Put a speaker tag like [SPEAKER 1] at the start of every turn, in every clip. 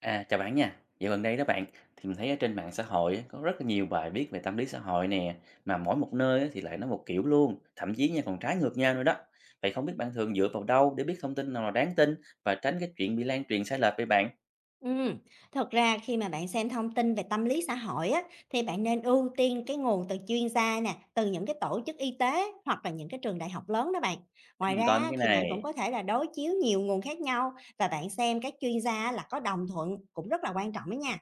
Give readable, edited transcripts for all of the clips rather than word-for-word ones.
[SPEAKER 1] À, chào bạn nha. Dạo gần đây đó bạn, thì mình thấy ở trên mạng xã hội á, có rất là nhiều bài viết về tâm lý xã hội nè, mà mỗi một nơi á thì lại nói một kiểu luôn, thậm chí nha còn trái ngược nhau nữa đó. Vậy không biết bạn thường dựa vào đâu để biết thông tin nào là đáng tin và tránh cái chuyện bị lan truyền sai lệch vậy bạn?
[SPEAKER 2] Ừm, thật ra khi mà bạn xem thông tin về tâm lý xã hội á, thì bạn nên ưu tiên cái nguồn từ chuyên gia nè, từ những cái tổ chức y tế hoặc là những cái trường đại học lớn đó bạn.
[SPEAKER 1] Để
[SPEAKER 2] Ngoài ra
[SPEAKER 1] mình coi mấy
[SPEAKER 2] á,
[SPEAKER 1] cái
[SPEAKER 2] thì bạn cũng
[SPEAKER 1] này.
[SPEAKER 2] có thể là đối chiếu nhiều nguồn khác nhau và bạn xem các chuyên gia là có đồng thuận cũng rất là quan trọng đó nha.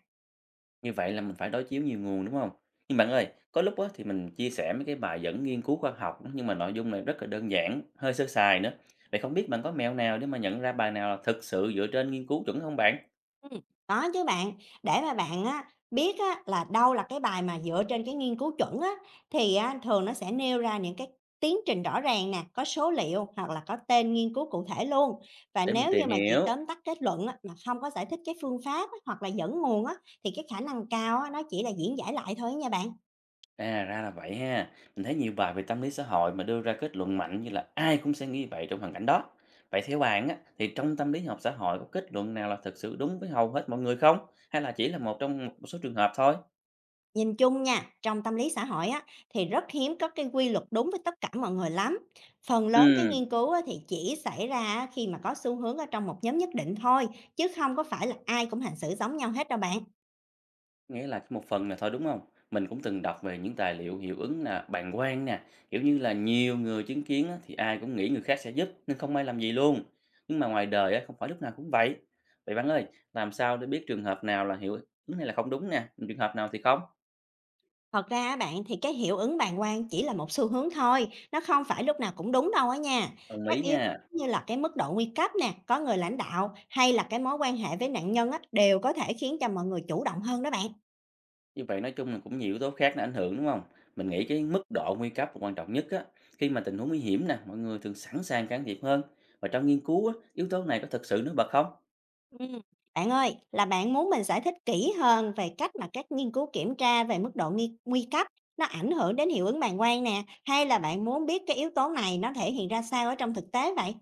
[SPEAKER 1] Như vậy là mình phải đối chiếu nhiều nguồn đúng không? Nhưng bạn ơi, có lúc á thì mình chia sẻ mấy cái bài dẫn nghiên cứu khoa học á, nhưng mà nội dung này rất là đơn giản, hơi sơ sài nữa. Vậy không biết bạn có mẹo nào để mà nhận ra bài nào là thực sự dựa trên nghiên cứu chuẩn không bạn?
[SPEAKER 2] Ừm, có chứ bạn. Để mà bạn á biết á là đâu là cái bài mà dựa trên cái nghiên cứu chuẩn á, thì á thường nó sẽ nêu ra những cái tiến trình rõ ràng nè, có số liệu hoặc là có tên nghiên cứu cụ thể luôn. Và
[SPEAKER 1] Để mình
[SPEAKER 2] nếu như
[SPEAKER 1] tìm
[SPEAKER 2] mà chỉ
[SPEAKER 1] hiểu.
[SPEAKER 2] tóm tắt kết luận á, mà không có giải thích cái phương pháp á, hoặc là dẫn nguồn á, thì cái khả năng cao á, nó chỉ là diễn giải lại thôi nha bạn.
[SPEAKER 1] À, ra là vậy ha. Mình thấy nhiều bài về tâm lý xã hội mà đưa ra kết luận mạnh như là ai cũng sẽ nghĩ vậy trong hoàn cảnh đó. Vậy theo bạn á, thì trong tâm lý học xã hội có kết luận nào là thực sự đúng với hầu hết mọi người không? Hay là chỉ là một trong một số trường hợp thôi?
[SPEAKER 2] Nhìn chung nha, trong tâm lý xã hội á, thì rất hiếm có cái quy luật đúng với tất cả mọi người lắm. Phần lớn cái
[SPEAKER 1] Ừ,
[SPEAKER 2] nghiên cứu á, thì chỉ xảy ra á, khi mà có xu hướng ở trong một nhóm nhất định thôi, chứ không có phải là ai cũng hành xử giống nhau hết đâu bạn.
[SPEAKER 1] nghĩa là một phần là thôi đúng không? Mình cũng từng đọc về những tài liệu hiệu ứng là bàng quang nè, kiểu như là nhiều người chứng kiến á, thì ai cũng nghĩ người khác sẽ giúp nên không ai làm gì luôn. Nhưng mà ngoài đời á, không phải lúc nào cũng vậy. Vậy bạn ơi, làm sao để biết trường hợp nào là hiệu ứng này là không đúng nè, trường hợp nào thì không?
[SPEAKER 2] Thật ra á bạn thì cái hiệu ứng bàng quang chỉ là một xu hướng thôi, nó không phải lúc nào cũng đúng đâu á nha.
[SPEAKER 1] Đồng
[SPEAKER 2] Các
[SPEAKER 1] ý
[SPEAKER 2] yếu
[SPEAKER 1] nha.
[SPEAKER 2] tố như là cái mức độ nguy cấp nè, có người lãnh đạo hay là cái mối quan hệ với nạn nhân á, đều có thể khiến cho mọi người chủ động hơn đó bạn.
[SPEAKER 1] Như vậy nói chung là cũng nhiều yếu tố khác nó ảnh hưởng, đúng không? Mình nghĩ cái mức độ nguy cấp là quan trọng nhất á. Khi mà tình huống nguy hiểm nè, mọi người thường sẵn sàng can thiệp hơn. Và trong nghiên cứu á, yếu tố này có thực sự nổi bật không?
[SPEAKER 2] Ừm, Bạn ơi, là bạn muốn mình giải thích kỹ hơn về cách mà các nghiên cứu kiểm tra về mức độ nghi, nguy cấp nó ảnh hưởng đến hiệu ứng bàng quang nè, hay là bạn muốn biết cái yếu tố này nó thể hiện ra sao ở trong thực tế vậy?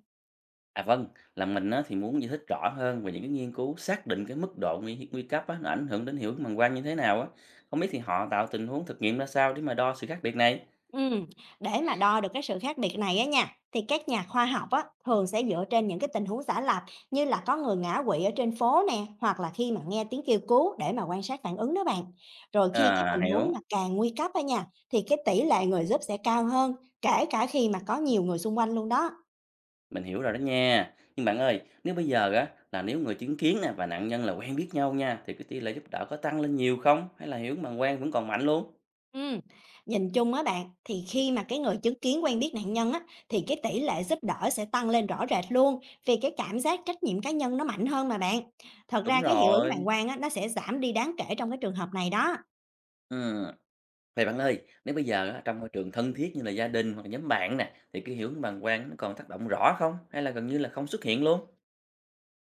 [SPEAKER 1] À vâng, là mình á, thì muốn giải thích rõ hơn về những cái nghiên cứu xác định cái mức độ nguy nguy cấp á, nó ảnh hưởng đến hiệu ứng bằng quang như thế nào á. Không biết thì họ tạo tình huống thực nghiệm ra sao để mà đo sự khác biệt này?
[SPEAKER 2] Ừm, để mà đo được cái sự khác biệt này á nha, thì các nhà khoa học á, thường sẽ dựa trên những cái tình huống giả lập như là có người ngã quỵ ở trên phố nè, hoặc là khi mà nghe tiếng kêu cứu để mà quan sát phản ứng đó bạn. Rồi khi cái
[SPEAKER 1] À,
[SPEAKER 2] tình huống
[SPEAKER 1] hiểu.
[SPEAKER 2] mà càng nguy cấp á nha, thì cái tỷ lệ người giúp sẽ cao hơn, kể cả khi mà có nhiều người xung quanh luôn đó.
[SPEAKER 1] Mình hiểu rồi đó nha. Nhưng bạn ơi, nếu bây giờ á là nếu người chứng kiến nè và nạn nhân là quen biết nhau nha thì cái tỷ lệ giúp đỡ có tăng lên nhiều không? Hay là hiểu bằng quen vẫn còn mạnh luôn?
[SPEAKER 2] Ừm, nhìn chung á bạn, thì khi mà cái người chứng kiến quen biết nạn nhân á, thì cái tỷ lệ giúp đỡ sẽ tăng lên rõ rệt luôn, vì cái cảm giác trách nhiệm cá nhân nó mạnh hơn mà bạn. Thật
[SPEAKER 1] Đúng
[SPEAKER 2] ra cái hiệu ứng bàng
[SPEAKER 1] rồi.
[SPEAKER 2] quang á, nó sẽ giảm đi đáng kể trong cái trường hợp này đó.
[SPEAKER 1] Ừ. Vậy bạn ơi, nếu bây giờ á, trong môi trường thân thiết như là gia đình hoặc là nhóm bạn nè thì cái hiểu bằng quen nó còn tác động rõ không? Hay là gần như là không xuất hiện luôn?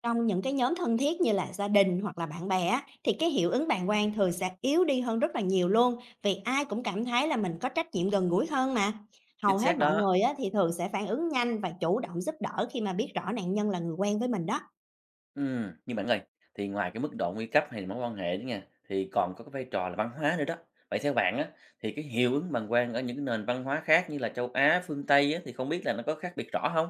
[SPEAKER 2] Trong những cái nhóm thân thiết như là gia đình hoặc là bạn bè á, thì cái hiệu ứng bàng quang thường sẽ yếu đi hơn rất là nhiều luôn, vì ai cũng cảm thấy là mình có trách nhiệm gần gũi hơn mà. Hầu
[SPEAKER 1] Chính
[SPEAKER 2] hết
[SPEAKER 1] xác
[SPEAKER 2] mọi
[SPEAKER 1] đó.
[SPEAKER 2] người á, thì thường sẽ phản ứng nhanh và chủ động giúp đỡ khi mà biết rõ nạn nhân là người quen với mình đó.
[SPEAKER 1] Nhưng bạn ơi, thì ngoài cái mức độ nguy cấp hay là mối quan hệ đó nha, thì còn có cái vai trò là văn hóa nữa đó. Vậy theo bạn á, thì cái hiệu ứng bàng quang ở những nền văn hóa khác như là châu Á, phương Tây á, thì không biết là nó có khác biệt rõ không.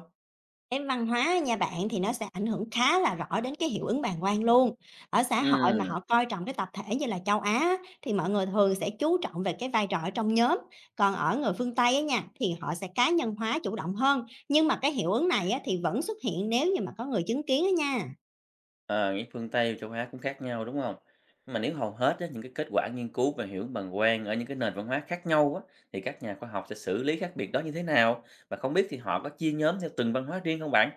[SPEAKER 2] Cái văn hóa nha bạn thì nó sẽ ảnh hưởng khá là rõ đến cái hiệu ứng bàn quan luôn. Ở xã hội mà
[SPEAKER 1] Ừm,
[SPEAKER 2] họ coi trọng cái tập thể như là châu Á á, thì mọi người thường sẽ chú trọng về cái vai trò ở trong nhóm, còn ở người phương Tây á nha thì họ sẽ cá nhân hóa chủ động hơn, nhưng mà cái hiệu ứng này á thì vẫn xuất hiện nếu như mà có người chứng kiến á nha.
[SPEAKER 1] ờ, nghĩ phương Tây và châu Á cũng khác nhau, đúng không, mà nếu hầu hết á, những cái kết quả nghiên cứu về hiệu ứng bàng quang ở những cái nền văn hóa khác nhau á, thì các nhà khoa học sẽ xử lý khác biệt đó như thế nào? Và không biết thì họ có chia nhóm theo từng văn hóa riêng không bạn?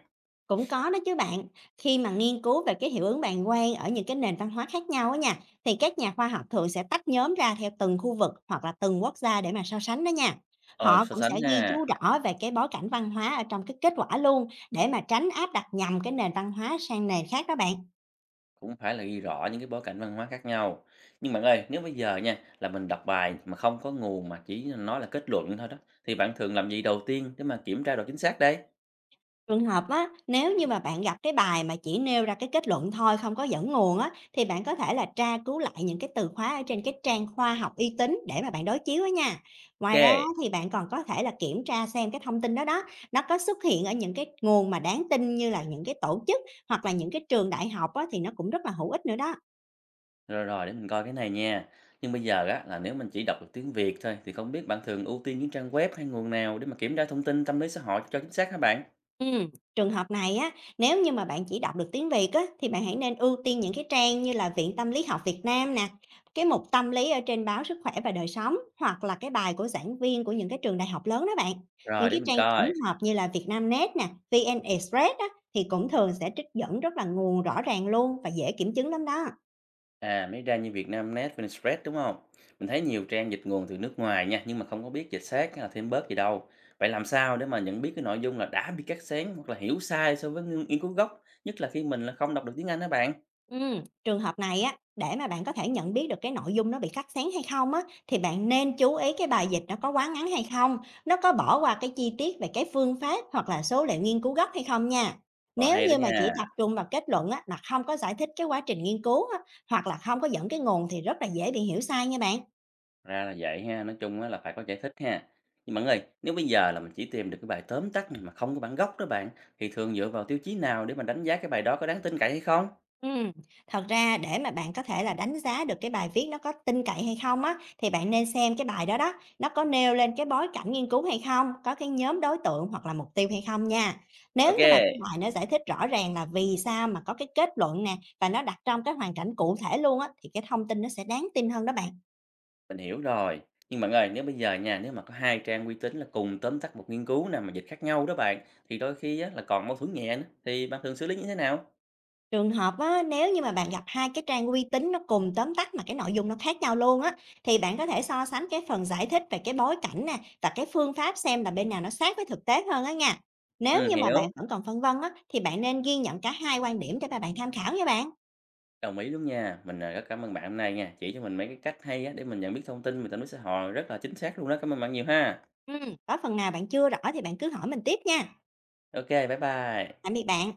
[SPEAKER 2] Cũng có đó chứ bạn, khi mà nghiên cứu về cái hiệu ứng bàn quang ở những cái nền văn hóa khác nhau á nha, thì các nhà khoa học thường sẽ tách nhóm ra theo từng khu vực hoặc là từng quốc gia để mà so sánh đó nha.
[SPEAKER 1] Ờ,
[SPEAKER 2] Họ
[SPEAKER 1] so
[SPEAKER 2] cũng sẽ
[SPEAKER 1] sánh
[SPEAKER 2] ghi
[SPEAKER 1] nha.
[SPEAKER 2] chú rõ về cái bối cảnh văn hóa ở trong cái kết quả luôn để mà tránh áp đặt nhầm cái nền văn hóa sang nền khác đó bạn.
[SPEAKER 1] Cũng phải là ghi rõ những cái bối cảnh văn hóa khác nhau. Nhưng bạn ơi, nếu bây giờ nha, là mình đọc bài mà không có nguồn mà chỉ nói là kết luận thôi đó, thì bạn thường làm gì đầu tiên để mà kiểm tra độ chính xác đấy?
[SPEAKER 2] Trường hợp á, nếu như mà bạn gặp cái bài mà chỉ nêu ra cái kết luận thôi, không có dẫn nguồn á, thì bạn có thể là tra cứu lại những cái từ khóa ở trên cái trang khoa học uy tín để mà bạn đối chiếu á nha. Ngoài ra á,
[SPEAKER 1] OK,
[SPEAKER 2] thì bạn còn có thể là kiểm tra xem cái thông tin đó đó, nó có xuất hiện ở những cái nguồn mà đáng tin như là những cái tổ chức hoặc là những cái trường đại học á, thì nó cũng rất là hữu ích nữa đó.
[SPEAKER 1] rồi, rồi, để mình coi cái này nha. Nhưng bây giờ á, là nếu mình chỉ đọc được tiếng Việt thôi, thì không biết bạn thường ưu tiên những trang web hay nguồn nào để mà kiểm tra thông tin tâm lý xã hội cho chính xác hả bạn?
[SPEAKER 2] Trường hợp này á, nếu như mà bạn chỉ đọc được tiếng Việt á, thì bạn hãy nên ưu tiên những cái trang như là Viện Tâm lý học Việt Nam nè, cái mục tâm lý ở trên báo Sức khỏe và Đời sống hoặc là cái bài của giảng viên của những cái trường đại học lớn đó bạn. Những
[SPEAKER 1] Rồi, để
[SPEAKER 2] cái
[SPEAKER 1] mình
[SPEAKER 2] trang tổng
[SPEAKER 1] coi.
[SPEAKER 2] hợp như là Vietnamnet nè, VN Express á, thì cũng thường sẽ trích dẫn rất là nguồn rõ ràng luôn và dễ kiểm chứng lắm đó.
[SPEAKER 1] À, mới ra như Vietnamnet, Vietnamexpress, đúng không? Mình thấy nhiều trang dịch nguồn từ nước ngoài nha, nhưng mà không có biết dịch sát hay là thêm bớt gì đâu. Vậy làm sao để mà nhận biết cái nội dung là đã bị cắt xén hoặc là hiểu sai so với nghiên nghiên cứu gốc, nhất là khi mình là không đọc được tiếng Anh đó bạn?
[SPEAKER 2] Trường hợp này á, để mà bạn có thể nhận biết được cái nội dung nó bị cắt xén hay không á, thì bạn nên chú ý cái bài dịch nó có quá ngắn hay không, nó có bỏ qua cái chi tiết về cái phương pháp hoặc là số liệu nghiên cứu gốc hay không nha.
[SPEAKER 1] Ờ,
[SPEAKER 2] Nếu
[SPEAKER 1] hay đó
[SPEAKER 2] như mà chỉ
[SPEAKER 1] nha,
[SPEAKER 2] tập trung vào kết luận á, mà không có giải thích cái quá trình nghiên cứu á, hoặc là không có dẫn cái nguồn thì rất là dễ bị hiểu sai nha bạn.
[SPEAKER 1] ra là vậy ha, nói chung á là phải có giải thích ha. Nhưng bạn ơi, nếu bây giờ là mình chỉ tìm được cái bài tóm tắt này mà không có bản gốc đó bạn, thì thường dựa vào tiêu chí nào để mà đánh giá cái bài đó có đáng tin cậy hay không?
[SPEAKER 2] Ừm, thật ra để mà bạn có thể là đánh giá được cái bài viết nó có tin cậy hay không á, thì bạn nên xem cái bài đó đó, nó có nêu lên cái bối cảnh nghiên cứu hay không, có cái nhóm đối tượng hoặc là mục tiêu hay không nha. Nếu
[SPEAKER 1] OK.
[SPEAKER 2] như mà cái bài nó giải thích rõ ràng là vì sao mà có cái kết luận nè và nó đặt trong cái hoàn cảnh cụ thể luôn á thì cái thông tin nó sẽ đáng tin hơn đó bạn.
[SPEAKER 1] Mình hiểu rồi. Nhưng bạn ơi, nếu bây giờ nha, nếu mà có hai trang uy tín là cùng tóm tắt một nghiên cứu nào mà dịch khác nhau đó bạn, thì đôi khi á, là còn mâu thuẫn nhẹ nữa, thì bạn thường xử lý như thế nào?
[SPEAKER 2] Trường hợp á, nếu như mà bạn gặp hai cái trang uy tín nó cùng tóm tắt mà cái nội dung nó khác nhau luôn á, thì bạn có thể so sánh cái phần giải thích về cái bối cảnh nè và cái phương pháp xem là bên nào nó sát với thực tế hơn á nha. Nếu
[SPEAKER 1] Ừ,
[SPEAKER 2] như mà bạn
[SPEAKER 1] hiểu.
[SPEAKER 2] vẫn còn phân vân á, thì bạn nên ghi nhận cả hai quan điểm để mà bạn tham khảo nha bạn.
[SPEAKER 1] Đồng ý luôn nha. Mình à, rất cảm ơn bạn hôm nay nha. Chỉ cho mình mấy cái cách hay á, để mình nhận biết thông tin về tâm lý xã hội rất là chính xác luôn đó. Cảm ơn bạn nhiều ha.
[SPEAKER 2] Ừ, có phần nào bạn chưa rõ thì bạn cứ hỏi mình tiếp nha.
[SPEAKER 1] OK, bye bye.
[SPEAKER 2] Tạm biệt bạn.